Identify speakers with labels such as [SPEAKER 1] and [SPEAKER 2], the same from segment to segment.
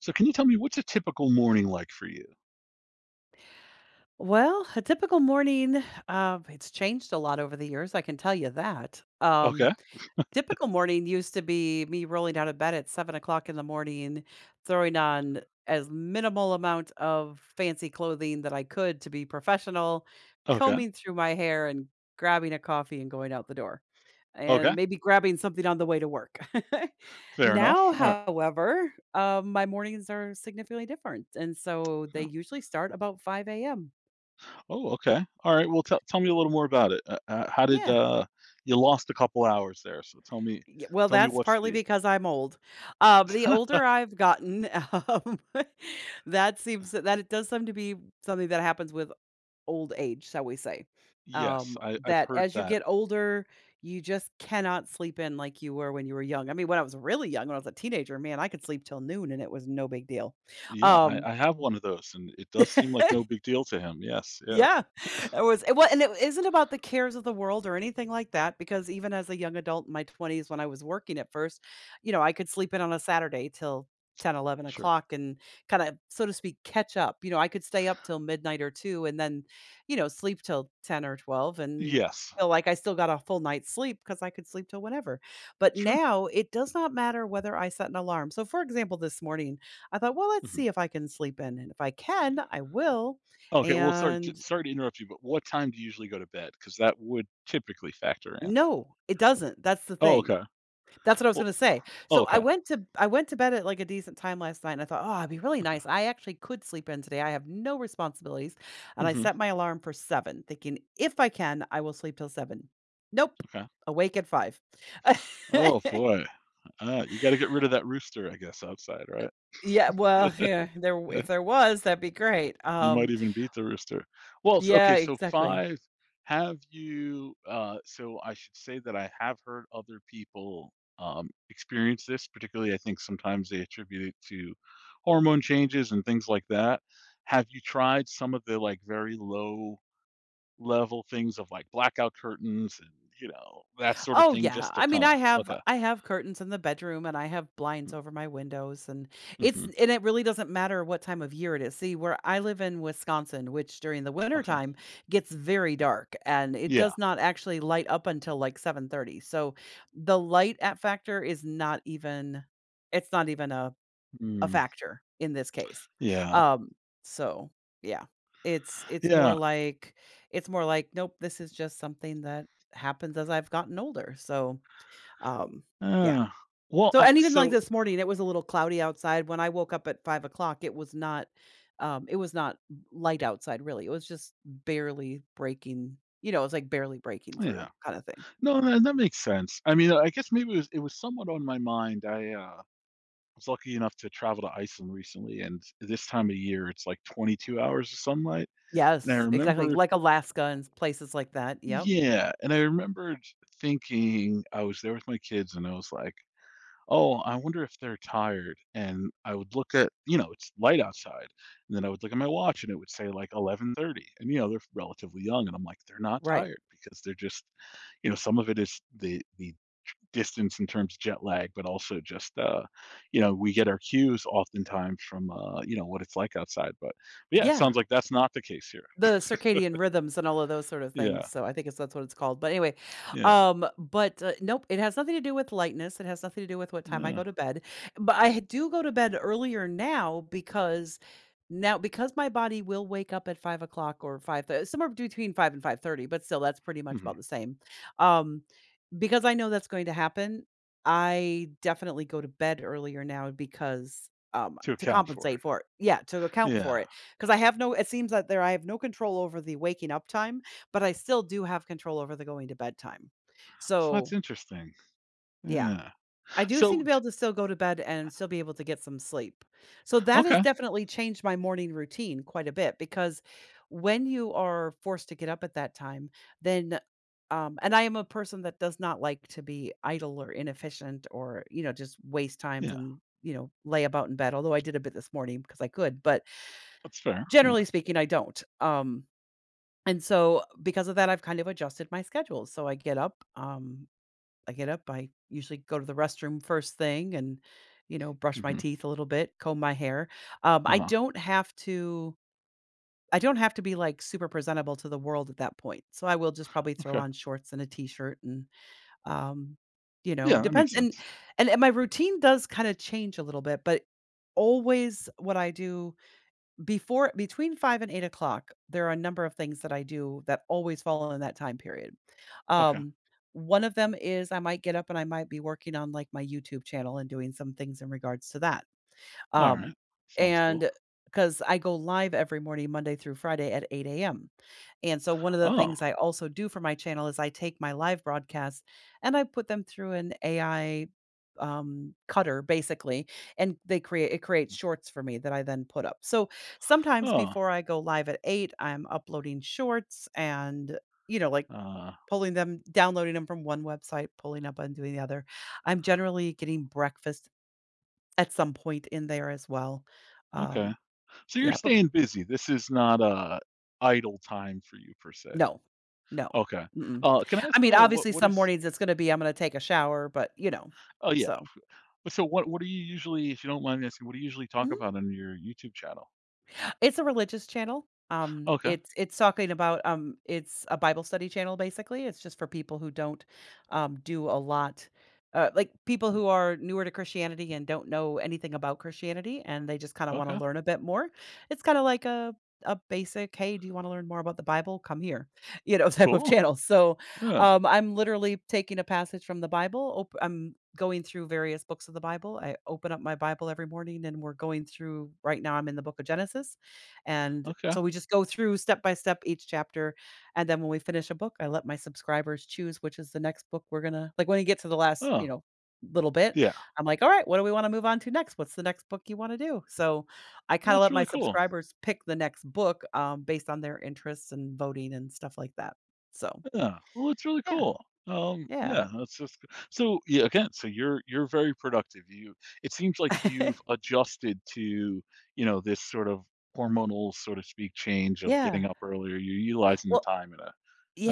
[SPEAKER 1] So can you tell me what's a typical morning like for you?
[SPEAKER 2] Well, a typical morning, it's changed a lot over the years. I can tell you that. Um,
[SPEAKER 1] Okay.
[SPEAKER 2] typical morning used to be me rolling out of bed at 7 o'clock in the morning, throwing on as minimal amount of fancy clothing that I could to be professional,
[SPEAKER 1] Okay.
[SPEAKER 2] combing through my hair and grabbing a coffee and going out the door, and
[SPEAKER 1] Okay.
[SPEAKER 2] maybe grabbing something on the way to work.
[SPEAKER 1] Fair enough.
[SPEAKER 2] Now,
[SPEAKER 1] All right.
[SPEAKER 2] however, my mornings are significantly different. And so they
[SPEAKER 1] Yeah.
[SPEAKER 2] usually start about 5 a.m.
[SPEAKER 1] Oh, okay. All right. Well, tell me a little more about it. How did
[SPEAKER 2] Yeah.
[SPEAKER 1] you lost a couple hours there? So
[SPEAKER 2] Y well,
[SPEAKER 1] tell me
[SPEAKER 2] that's
[SPEAKER 1] what's
[SPEAKER 2] partly
[SPEAKER 1] the.
[SPEAKER 2] because I'm old. The older I've gotten, that seems that it does seem to be something that happens with old age, shall we say.
[SPEAKER 1] Yes.
[SPEAKER 2] Um,
[SPEAKER 1] I've
[SPEAKER 2] that
[SPEAKER 1] heard
[SPEAKER 2] as you
[SPEAKER 1] that.
[SPEAKER 2] get older, you just cannot sleep in like you were when you were young. I mean, when I was really young, when I was a teenager, man, I could sleep till noon and it was no big deal.
[SPEAKER 1] Yeah, I
[SPEAKER 2] Um
[SPEAKER 1] I have one of those, and it does seem like no big deal to him. Yes. Yeah.
[SPEAKER 2] Yeah, it was it wa and it isn't about the cares of the world or anything like that, because even as a young adult in my 20s when I was working at first, I could sleep in on a Saturday till 10, eleven
[SPEAKER 1] Sure.
[SPEAKER 2] o'clock and kinda, so to speak, catch up. You know, I could stay up till midnight or 2 and then, sleep till 10 or 12 and
[SPEAKER 1] Yes.
[SPEAKER 2] feel like I still got a full night's sleep because I could sleep till whenever. But
[SPEAKER 1] Sure.
[SPEAKER 2] now it does not matter whether I set an alarm. So, for example, this morning, I thought, "Well, let's
[SPEAKER 1] Hmm.
[SPEAKER 2] see if I can sleep in, and if I can, I will."
[SPEAKER 1] Okay. Well, sorry.
[SPEAKER 2] And
[SPEAKER 1] Sorry to interrupt you, but what time do you usually go to bed? Because that would typically factor in.
[SPEAKER 2] No, it doesn't, that's the
[SPEAKER 1] Oh,
[SPEAKER 2] thing.
[SPEAKER 1] okay.
[SPEAKER 2] That's what I was
[SPEAKER 1] Well,
[SPEAKER 2] gonna say.
[SPEAKER 1] oh,
[SPEAKER 2] So
[SPEAKER 1] okay.
[SPEAKER 2] I went to bed at, like, a decent time last night, and I thought, "Oh, it'd be really
[SPEAKER 1] Okay.
[SPEAKER 2] nice. I actually could sleep in today. I have no responsibilities." And I set
[SPEAKER 1] Hmm.
[SPEAKER 2] my alarm for seven, thinking, "If I can, I will sleep till seven." Nope,
[SPEAKER 1] Okay.
[SPEAKER 2] awake at five.
[SPEAKER 1] Oh, boy. You gotta get rid of that rooster, I guess, outside, right?
[SPEAKER 2] Yeah, well, yeah, there if there was, that'd be great.
[SPEAKER 1] You might even beat the rooster. Well, s
[SPEAKER 2] Yeah,
[SPEAKER 1] okay, so
[SPEAKER 2] exactly.
[SPEAKER 1] 5, have you, so I should say that I have heard other people, experience this, particularly, I think sometimes they attribute it to hormone changes and things like that. Have you tried some of the, like, very low level things of, like, blackout curtains and, you know, that sort of
[SPEAKER 2] Oh
[SPEAKER 1] thing
[SPEAKER 2] yeah.
[SPEAKER 1] just to
[SPEAKER 2] I mean,
[SPEAKER 1] kinda okay.
[SPEAKER 2] I have curtains in the bedroom and I have blinds
[SPEAKER 1] Mm,
[SPEAKER 2] over my windows, and
[SPEAKER 1] mhm,
[SPEAKER 2] it really doesn't matter what time of year it is. See, where I live in Wisconsin, which during the winter
[SPEAKER 1] okay.
[SPEAKER 2] time gets very dark and it
[SPEAKER 1] Yeah.
[SPEAKER 2] does not actually light up until like 7:30. So the light at factor is not even it's not even a
[SPEAKER 1] Mm.
[SPEAKER 2] factor in this case.
[SPEAKER 1] Yeah.
[SPEAKER 2] Um, so yeah, it's it's more
[SPEAKER 1] Yeah.
[SPEAKER 2] like it's more like, nope, this is just something that happens as I've gotten older. So, um, yeah.
[SPEAKER 1] Uh,
[SPEAKER 2] So, and even like
[SPEAKER 1] so
[SPEAKER 2] this morning, it was a little cloudy outside. When I woke up at 5 o'clock, it was not, um it was not light outside really. It was just barely breaking, you know, it was like barely breaking through
[SPEAKER 1] yeah.
[SPEAKER 2] kind of thing.
[SPEAKER 1] No, that makes sense. I mean, I guess maybe it was somewhat on my mind. I was lucky enough to travel to Iceland recently, and this time of year, it's like 22 hours of sunlight, and I
[SPEAKER 2] Yes, exactly.
[SPEAKER 1] remembered.
[SPEAKER 2] Like Alaska and places like that. Yep.
[SPEAKER 1] Yeah, and I remembered thinking I was there with my kids, and I was like, oh, I wonder if they're tired, and I would look at, you know, it's light outside, and then I would look at my watch, and it would say, like, 11:30, and, you know, they're relatively young, and I'm like, "They're not
[SPEAKER 2] Right.
[SPEAKER 1] tired," because they're just, you know, some of it is the distance in terms of jet lag, but also just, you know, we get our cues oftentimes from, you know, what it's like outside, but yeah, it
[SPEAKER 2] Yeah.
[SPEAKER 1] sounds like that's not the case here.
[SPEAKER 2] The circadian rhythms and all of those sort of things,
[SPEAKER 1] Yeah,
[SPEAKER 2] so I think it's that's what it's called, but anyway,
[SPEAKER 1] yeah,
[SPEAKER 2] but, nope, it has nothing to do with lightness, it has nothing to do with what time I
[SPEAKER 1] yeah.
[SPEAKER 2] go to bed, but I do go to bed earlier now because my body will wake up at 5 o'clock or 5 th somewhere between 5 and 5:30, but still, that's pretty much
[SPEAKER 1] Mhm.
[SPEAKER 2] about the same, um because I know that's going to happen, I definitely go to bed earlier now because,
[SPEAKER 1] To
[SPEAKER 2] to
[SPEAKER 1] account for it.
[SPEAKER 2] compensate for it. Yeah, to account for
[SPEAKER 1] Yeah,
[SPEAKER 2] it. Because I have no it seems that there I have no control over the waking up time, but I still do have control over the going to bed time.
[SPEAKER 1] so that's
[SPEAKER 2] So,
[SPEAKER 1] interesting.
[SPEAKER 2] yeah.
[SPEAKER 1] Yeah.
[SPEAKER 2] I do seem
[SPEAKER 1] So
[SPEAKER 2] to be
[SPEAKER 1] d
[SPEAKER 2] able to still go to bed and still be able to get some sleep. So that has
[SPEAKER 1] Okay,
[SPEAKER 2] definitely changed my morning routine quite a bit because when you are forced to get up at that time, then, and I am a person that does not like to be idle or inefficient or, you know, just waste times
[SPEAKER 1] yeah.
[SPEAKER 2] and, you know, lay about in bed, although I did a bit this morning because I could, but
[SPEAKER 1] That's fair. Yeah.
[SPEAKER 2] generally speaking, I don't. And so because of that, I've kind of adjusted my schedule. So I get up, I usually go to the restroom first thing and, you know, brush my
[SPEAKER 1] Mhm.
[SPEAKER 2] teeth a little bit, comb my hair. Um, I
[SPEAKER 1] Uh-huh.
[SPEAKER 2] don't have to I don't have to be like super presentable to the world at that point. So I will just probably throw
[SPEAKER 1] Okay.
[SPEAKER 2] on shorts and a t-shirt, and, um,
[SPEAKER 1] Yeah, that makes
[SPEAKER 2] depends, and
[SPEAKER 1] sense.
[SPEAKER 2] and, and my routine does kind of change a little bit, but always what I do before between 5 and 8 o'clock, there are a number of things that I do that always fall in that time period.
[SPEAKER 1] Okay.
[SPEAKER 2] Um, one of them is I might get up and I might be working on like my YouTube channel and doing some things in regards to that. Um,
[SPEAKER 1] Alright. Sounds cool.
[SPEAKER 2] and because I go live every morning, Monday through Friday at 8 a.m., and so one of the
[SPEAKER 1] Oh.
[SPEAKER 2] things I also do for my channel is I take my live broadcasts and I put them through an AI, cutter basically, and they create it creates shorts for me that I then put up. So, sometimes
[SPEAKER 1] Oh.
[SPEAKER 2] before I go live at 8, I'm uploading shorts and, like,
[SPEAKER 1] Uh,
[SPEAKER 2] pulling them downloading them from one website, pulling up and doing the other. I'm generally getting breakfast at some point in there as well.
[SPEAKER 1] okay.
[SPEAKER 2] Um,
[SPEAKER 1] So you're
[SPEAKER 2] yeah, but
[SPEAKER 1] staying busy. This is not, idle time for you per se.
[SPEAKER 2] no, no,
[SPEAKER 1] Okay.
[SPEAKER 2] mm-mm.
[SPEAKER 1] Can I
[SPEAKER 2] I
[SPEAKER 1] ask, by
[SPEAKER 2] mean,
[SPEAKER 1] the way, what
[SPEAKER 2] obviously,
[SPEAKER 1] what
[SPEAKER 2] some
[SPEAKER 1] is.
[SPEAKER 2] mornings it's gonna be, "I'm gonna take a shower," but,
[SPEAKER 1] Oh, yeah.
[SPEAKER 2] so,
[SPEAKER 1] So what do you usually, if you don't mind me asking, what do you usually talk
[SPEAKER 2] mhm.
[SPEAKER 1] about on your YouTube channel?
[SPEAKER 2] It's a religious channel. Um,
[SPEAKER 1] Okay.
[SPEAKER 2] it's it's talking about, it's a Bible study channel basically. It's just for people who don't, do a lot, like people who are newer to Christianity and don't know anything about Christianity, and they just kind of want to
[SPEAKER 1] Okay.
[SPEAKER 2] learn a bit more. It's kind of like a basic, hey, do you want to learn more about the Bible? Come here, type of
[SPEAKER 1] Cool.
[SPEAKER 2] channel. So,
[SPEAKER 1] Yeah.
[SPEAKER 2] I'm literally taking a passage from the Bible. Op- I'm going through various books of the Bible. I open up my Bible every morning, and we're going through. Right now, I'm in the Book of Genesis, and
[SPEAKER 1] Okay.
[SPEAKER 2] so we just go through step by step each chapter, and then when we finish a book, I let my subscribers choose which is the next book we're gonna like, when you get to the last,
[SPEAKER 1] Oh,
[SPEAKER 2] little bit,
[SPEAKER 1] yeah.
[SPEAKER 2] I'm like, "All right, what do we wanna move on to next? What's the next book you wanna do?" So, I
[SPEAKER 1] Well,
[SPEAKER 2] kinda
[SPEAKER 1] that's
[SPEAKER 2] let my
[SPEAKER 1] really cool.
[SPEAKER 2] subscribers pick the next book, based on their interests and voting and stuff like that. So,
[SPEAKER 1] Yeah, well, it's really
[SPEAKER 2] yeah,
[SPEAKER 1] cool.
[SPEAKER 2] yeah.
[SPEAKER 1] Yeah, that's just g so, yeah, again, so you're very productive. You, it seems like you've adjusted to, you know, this sort of hormonal, so to speak, change of getting
[SPEAKER 2] Yeah.
[SPEAKER 1] up earlier. You're utilizing the
[SPEAKER 2] Well
[SPEAKER 1] time in a,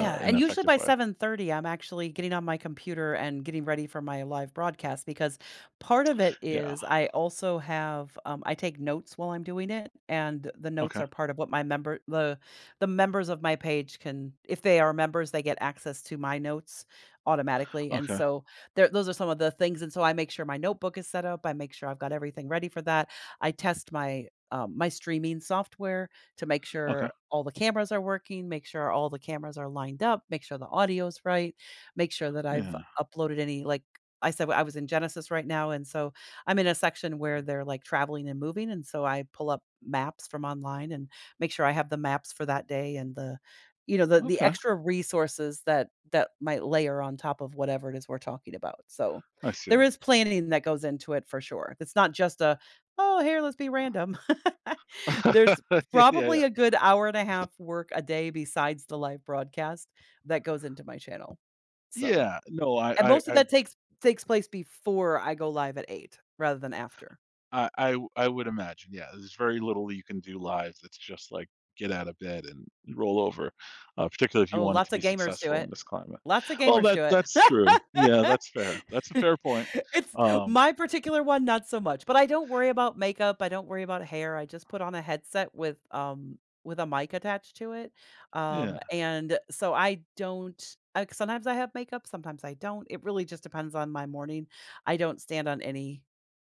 [SPEAKER 1] in an
[SPEAKER 2] and usually
[SPEAKER 1] effective
[SPEAKER 2] by
[SPEAKER 1] way.
[SPEAKER 2] 7:30, I'm actually getting on my computer and getting ready for my live broadcast because part of it
[SPEAKER 1] Yeah.
[SPEAKER 2] is I also have, I take notes while I'm doing it, and the notes
[SPEAKER 1] Okay.
[SPEAKER 2] are part of what my member the members of my page can, if they are members, they get access to my notes automatically, and
[SPEAKER 1] Okay.
[SPEAKER 2] so there those are some of the things, and so I make sure my notebook is set up, I make sure I've got everything ready for that, I test my streaming software to make
[SPEAKER 1] Okay.
[SPEAKER 2] sure all the cameras are working, make sure all the cameras are lined up, make sure the audio's right, make sure that I've
[SPEAKER 1] Yeah.
[SPEAKER 2] uploaded any, like I said, I was in Genesis right now, and so I'm in a section where they're like traveling and moving, and so I pull up maps from online and make sure I have the maps for that day and the, the
[SPEAKER 1] Okay.
[SPEAKER 2] extra resources that might layer on top of whatever it is we're talking about. So
[SPEAKER 1] I see.
[SPEAKER 2] there is planning that goes into it for sure. It's not just a, oh, here, let's be random. There's
[SPEAKER 1] Yeah, yeah,
[SPEAKER 2] probably
[SPEAKER 1] yeah.
[SPEAKER 2] a good hour and a half work a day besides the live broadcast that goes into my channel. So,
[SPEAKER 1] Yeah. No,
[SPEAKER 2] and most of that takes place before I go live at 8 rather than after.
[SPEAKER 1] I would imagine, yeah, there's very little you can do live that's just, like, get out of bed and roll over, particularly if you
[SPEAKER 2] Oh,
[SPEAKER 1] want it
[SPEAKER 2] lots
[SPEAKER 1] to
[SPEAKER 2] of
[SPEAKER 1] be
[SPEAKER 2] gamers do
[SPEAKER 1] successful
[SPEAKER 2] it.
[SPEAKER 1] in this climate.
[SPEAKER 2] Lots of
[SPEAKER 1] Well,
[SPEAKER 2] gamers
[SPEAKER 1] that
[SPEAKER 2] do it.
[SPEAKER 1] that's true. Yeah, that's fair. That's a fair point.
[SPEAKER 2] It's
[SPEAKER 1] Um,
[SPEAKER 2] my particular one, not so much, but I don't worry about makeup, I don't worry about hair, I just put on a headset with a mic attached to it,
[SPEAKER 1] yeah,
[SPEAKER 2] and so I don't sometimes I have makeup, sometimes I don't, it really just depends on my morning. I don't stand on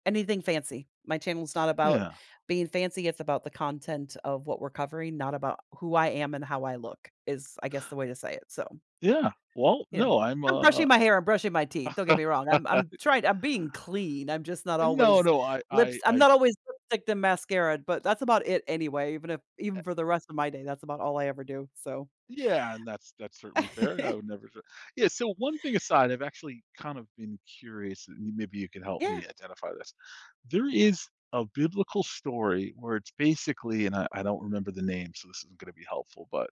[SPEAKER 2] anything fancy. My channel's not about
[SPEAKER 1] yeah,
[SPEAKER 2] being fancy, it's about the content of what we're covering, not about who I am and how I look is, I guess, the way to say it, so
[SPEAKER 1] yeah. Well,
[SPEAKER 2] you know,
[SPEAKER 1] no, I'm,
[SPEAKER 2] I'm brushing
[SPEAKER 1] uh.
[SPEAKER 2] my hair, I'm brushing my teeth, don't get me wrong, I'm trying I'm being clean, I'm just not
[SPEAKER 1] No,
[SPEAKER 2] always
[SPEAKER 1] no,
[SPEAKER 2] lips I'm
[SPEAKER 1] I
[SPEAKER 2] not always lipstick and mascara, but that's about it anyway, even if even for the rest of my day, that's about all I ever do, so.
[SPEAKER 1] Yeah, and that's certainly fair. I would never. Yeah. So one thing aside, I've actually kind of been curious, and maybe you can help
[SPEAKER 2] Yeah,
[SPEAKER 1] me identify this. There is a biblical story where it's basically, and I don't remember the name, so this isn't going to be helpful, but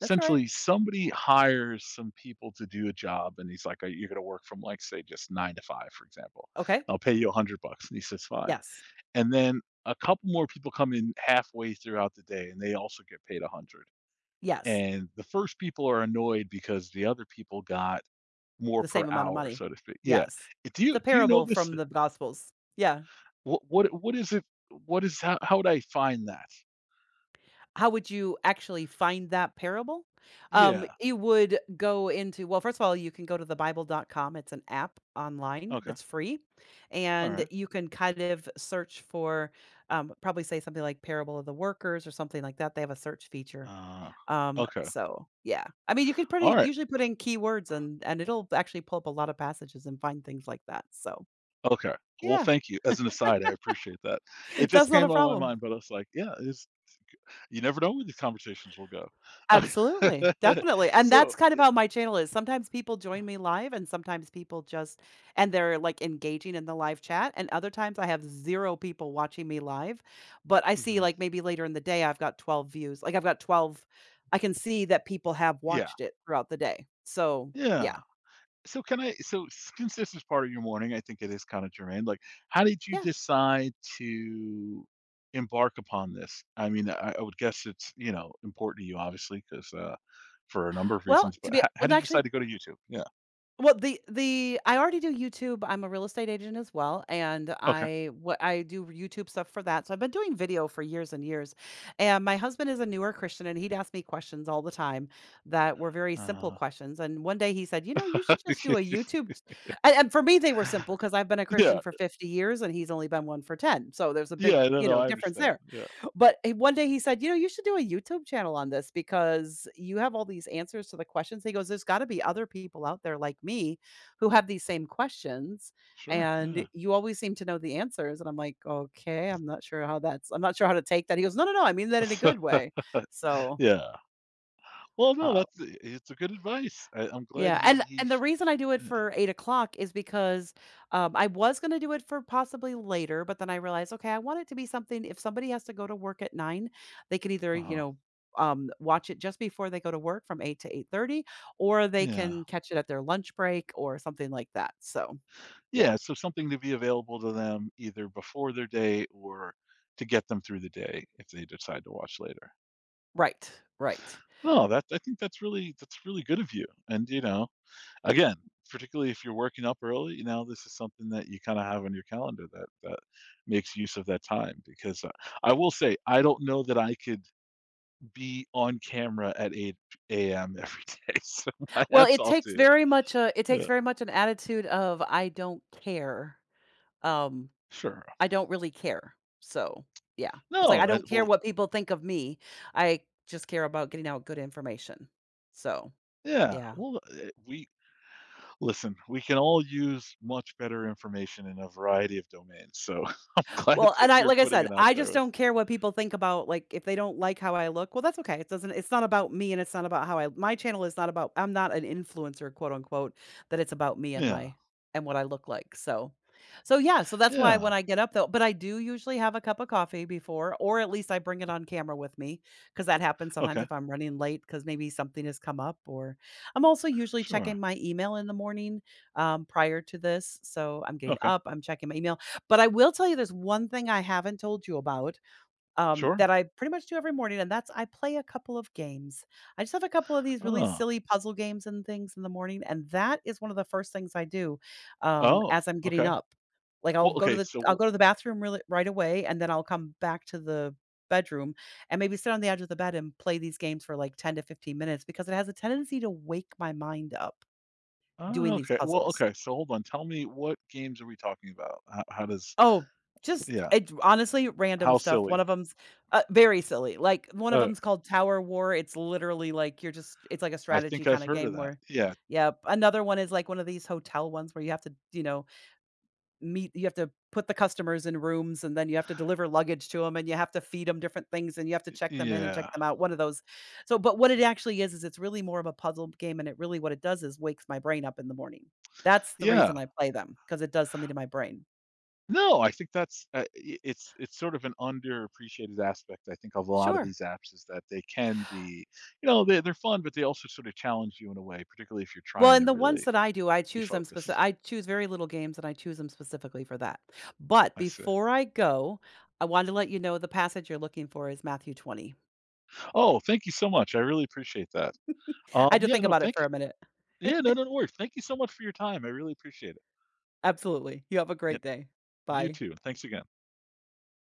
[SPEAKER 2] that's right.
[SPEAKER 1] essentially somebody hires some people to do a job, and he's like, you're going to work from, like, say, just nine to five, for example.
[SPEAKER 2] Okay.
[SPEAKER 1] I'll pay you $100," and he says, "Fine."
[SPEAKER 2] Yes.
[SPEAKER 1] And then a couple more people come in halfway throughout the day, and they also get paid 100,
[SPEAKER 2] Yes.
[SPEAKER 1] and the first people are annoyed because the other people got more
[SPEAKER 2] The
[SPEAKER 1] per
[SPEAKER 2] same amount of
[SPEAKER 1] hour,
[SPEAKER 2] money.
[SPEAKER 1] so to speak. Yeah.
[SPEAKER 2] Yes.
[SPEAKER 1] Do
[SPEAKER 2] The
[SPEAKER 1] you do you know
[SPEAKER 2] parable
[SPEAKER 1] this?
[SPEAKER 2] from the Gospels. Yeah.
[SPEAKER 1] What is it? What is, how would I find that?
[SPEAKER 2] How would you actually find that parable?
[SPEAKER 1] Yeah.
[SPEAKER 2] You would go into well, first of all, you can go to the thebible.com. It's an app online
[SPEAKER 1] Okay.
[SPEAKER 2] that's free,
[SPEAKER 1] All
[SPEAKER 2] and
[SPEAKER 1] right.
[SPEAKER 2] you can kind of search for, probably say something like parable of the workers or something like that. They have a search feature.
[SPEAKER 1] Uh,
[SPEAKER 2] Um,
[SPEAKER 1] okay.
[SPEAKER 2] so yeah, I mean, you could
[SPEAKER 1] All
[SPEAKER 2] pretty
[SPEAKER 1] right.
[SPEAKER 2] usually put in keywords and it'll actually pull up a lot of passages and find things like that. So
[SPEAKER 1] Okay. Well,
[SPEAKER 2] yeah,
[SPEAKER 1] thank you. As an aside, I appreciate that. It
[SPEAKER 2] that's
[SPEAKER 1] just
[SPEAKER 2] not a
[SPEAKER 1] came on my
[SPEAKER 2] problem.
[SPEAKER 1] mind, but I was like, yeah, it's, you never know where these conversations will go.
[SPEAKER 2] Absolutely, definitely, and
[SPEAKER 1] So,
[SPEAKER 2] that's kind of how my channel is. Sometimes people join me live and sometimes people just and they're, like, engaging in the live chat, and other times I have 0 people watching me live, but I see,
[SPEAKER 1] mhm.
[SPEAKER 2] like, maybe later in the day, I've got 12 views. Like, I've got 12. I can see that people have
[SPEAKER 1] Yeah,
[SPEAKER 2] watched it throughout the day. So,
[SPEAKER 1] yeah.
[SPEAKER 2] yeah.
[SPEAKER 1] So can I so since this is part of your morning, I think it is kind of germane. Like, how did you
[SPEAKER 2] Yeah.
[SPEAKER 1] decide to embark upon this? I mean, I would guess it's, you know, important to you obviously, because for a number of
[SPEAKER 2] Well,
[SPEAKER 1] reasons,
[SPEAKER 2] to
[SPEAKER 1] but
[SPEAKER 2] be
[SPEAKER 1] how
[SPEAKER 2] well,
[SPEAKER 1] did you decide
[SPEAKER 2] actually
[SPEAKER 1] to go to YouTube? Yeah.
[SPEAKER 2] well, the I already do YouTube. I'm a real estate agent as well, and
[SPEAKER 1] Okay.
[SPEAKER 2] I what I do YouTube stuff for that. So I've been doing video for years and years. And my husband is a newer Christian, and he'd ask me questions all the time that were very simple
[SPEAKER 1] Uh.
[SPEAKER 2] questions. And one day he said, "You know, you should just do a YouTube." And for me, they were simple because I've been a Christian
[SPEAKER 1] Yeah.
[SPEAKER 2] for 50 years, and he's only been one for 10. So there's a
[SPEAKER 1] Yeah,
[SPEAKER 2] big,
[SPEAKER 1] I don't
[SPEAKER 2] you
[SPEAKER 1] know.
[SPEAKER 2] know,
[SPEAKER 1] I
[SPEAKER 2] difference
[SPEAKER 1] understand.
[SPEAKER 2] there.
[SPEAKER 1] Yeah.
[SPEAKER 2] But eh, one day he said, "You know, you should do a YouTube channel on this because you have all these answers to the questions." He goes, "There's gotta be other people out there like me who have these same questions,
[SPEAKER 1] Sure.
[SPEAKER 2] and
[SPEAKER 1] Yeah.
[SPEAKER 2] you always seem to know the answers." And I'm like, "Okay, I'm not sure how that's I'm not sure how to take that." He goes, "No, no, no, I mean that in a good way." So,
[SPEAKER 1] Yeah. Well, no,
[SPEAKER 2] uh.
[SPEAKER 1] that's, it's a good advice. I'm glad
[SPEAKER 2] Yeah,
[SPEAKER 1] he.
[SPEAKER 2] and the reason I do it
[SPEAKER 1] Yeah.
[SPEAKER 2] for 8 o'clock is because, I was gonna do it for possibly later, but then I realized, okay, I want it to be something if somebody has to go to work at 9, they can either, you
[SPEAKER 1] Uh-huh.
[SPEAKER 2] know, watch it just before they go to work from 8 to 8:30, or they
[SPEAKER 1] Yeah.
[SPEAKER 2] can catch it at their lunch break or something like that, so, yeah.
[SPEAKER 1] Yeah, so something to be available to them either before their day or to get them through the day if they decide to watch later.
[SPEAKER 2] Right, right.
[SPEAKER 1] No, that I think that's really good of you. And you know, again, particularly if you're working up early, you know, this is something that you kind of have on your calendar that makes use of that time, because I will say I don't know that I could be on camera at 8 a.m. every day. So my
[SPEAKER 2] Well,
[SPEAKER 1] hats
[SPEAKER 2] it
[SPEAKER 1] off to
[SPEAKER 2] takes
[SPEAKER 1] you.
[SPEAKER 2] very much a it takes
[SPEAKER 1] Yeah,
[SPEAKER 2] very much an attitude of, "I don't care," um.
[SPEAKER 1] sure.
[SPEAKER 2] I don't really care. So, yeah. It's like I
[SPEAKER 1] No,
[SPEAKER 2] don't care
[SPEAKER 1] well,
[SPEAKER 2] what people think of me. I just care about getting out good information. So,
[SPEAKER 1] yeah.
[SPEAKER 2] yeah.
[SPEAKER 1] Well, we, listen, we can all use much better information in a variety of domains. So I'm glad
[SPEAKER 2] Well, and
[SPEAKER 1] that
[SPEAKER 2] I
[SPEAKER 1] you're
[SPEAKER 2] like I
[SPEAKER 1] putting
[SPEAKER 2] said,
[SPEAKER 1] it out
[SPEAKER 2] I
[SPEAKER 1] there
[SPEAKER 2] just
[SPEAKER 1] with.
[SPEAKER 2] don't care what people think about like, if they don't like how I look, well, that's okay. It doesn't it's not about me and it's not about how I my channel is not about I'm not an influencer, quote unquote, that it's about me and
[SPEAKER 1] Yeah.
[SPEAKER 2] my and what I look like, so so, yeah, so that's why
[SPEAKER 1] Yeah.
[SPEAKER 2] when I get up though but I do usually have a cup of coffee before, or at least I bring it on camera with me, because that happens sometimes
[SPEAKER 1] Okay.
[SPEAKER 2] if I'm running late because maybe something has come up or I'm also usually checking
[SPEAKER 1] Sure.
[SPEAKER 2] my email in the morning, prior to this, so I'm getting
[SPEAKER 1] Okay.
[SPEAKER 2] up, I'm checking my email. But I will tell you there's one thing I haven't told you about,
[SPEAKER 1] Sure.
[SPEAKER 2] that I pretty much do every morning, and that's I play a couple of games. I just have a couple of these really
[SPEAKER 1] Oh.
[SPEAKER 2] silly puzzle games and things in the morning, and that is one of the first things I do,
[SPEAKER 1] Oh,
[SPEAKER 2] as I'm getting
[SPEAKER 1] okay.
[SPEAKER 2] up. Like,
[SPEAKER 1] Well, okay, so
[SPEAKER 2] I'll
[SPEAKER 1] w
[SPEAKER 2] go to the bathroom really right away, and then I'll come back to the bedroom and maybe sit on the edge of the bed and play these games for, like, 10 to 15 minutes because it has a tendency to wake my mind up
[SPEAKER 1] Oh,
[SPEAKER 2] doing these
[SPEAKER 1] okay. Well,
[SPEAKER 2] puzzles.
[SPEAKER 1] okay, so hold on. Tell me, what games are we talking about? How does.
[SPEAKER 2] Oh, just
[SPEAKER 1] Yeah.
[SPEAKER 2] it honestly, random
[SPEAKER 1] How
[SPEAKER 2] stuff. One
[SPEAKER 1] silly.
[SPEAKER 2] of 'em's, very silly. Like, one of
[SPEAKER 1] Uh,
[SPEAKER 2] them's called Tower War. It's literally like you're just it's like a
[SPEAKER 1] I
[SPEAKER 2] strategy
[SPEAKER 1] think I've
[SPEAKER 2] kinda
[SPEAKER 1] heard of
[SPEAKER 2] game
[SPEAKER 1] that.
[SPEAKER 2] where.
[SPEAKER 1] Yeah.
[SPEAKER 2] Yep. Another one is like one of these hotel ones where you have to, you know, meet you have to put the customers in rooms and then you have to deliver luggage to them and you have to feed them different things and you have to check them in and check
[SPEAKER 1] Yeah.
[SPEAKER 2] them out. One of those. So, but what it actually is it's really more of a puzzle game and it really what it does is wakes my brain up in the morning. That's the
[SPEAKER 1] Yeah.
[SPEAKER 2] reason I play them because it does something to my brain.
[SPEAKER 1] No, I think that's, I it's sort of an underappreciated aspect, I think, of a lot of
[SPEAKER 2] Sure.
[SPEAKER 1] these apps, is that they can be, you know, they're fun, but they also sort of challenge you in a way, particularly if you're
[SPEAKER 2] Well,
[SPEAKER 1] trying
[SPEAKER 2] and
[SPEAKER 1] to
[SPEAKER 2] the ones
[SPEAKER 1] really
[SPEAKER 2] that I do, I
[SPEAKER 1] be
[SPEAKER 2] choose them specific.
[SPEAKER 1] focused.
[SPEAKER 2] I choose very little games, and I choose them specifically for that. But
[SPEAKER 1] I see.
[SPEAKER 2] before I go, I wanted to let you know the passage you're looking for is Matthew 20.
[SPEAKER 1] Oh, thank you so much. I really appreciate that.
[SPEAKER 2] I had to
[SPEAKER 1] Yeah,
[SPEAKER 2] think
[SPEAKER 1] no,
[SPEAKER 2] about it
[SPEAKER 1] thank
[SPEAKER 2] for
[SPEAKER 1] you.
[SPEAKER 2] a minute.
[SPEAKER 1] Yeah, no, no, no worries. Thank you so much for your time. I really appreciate it.
[SPEAKER 2] Absolutely. You have a
[SPEAKER 1] Yeah,
[SPEAKER 2] great day.
[SPEAKER 1] you
[SPEAKER 2] Bye.
[SPEAKER 1] too. Thanks again.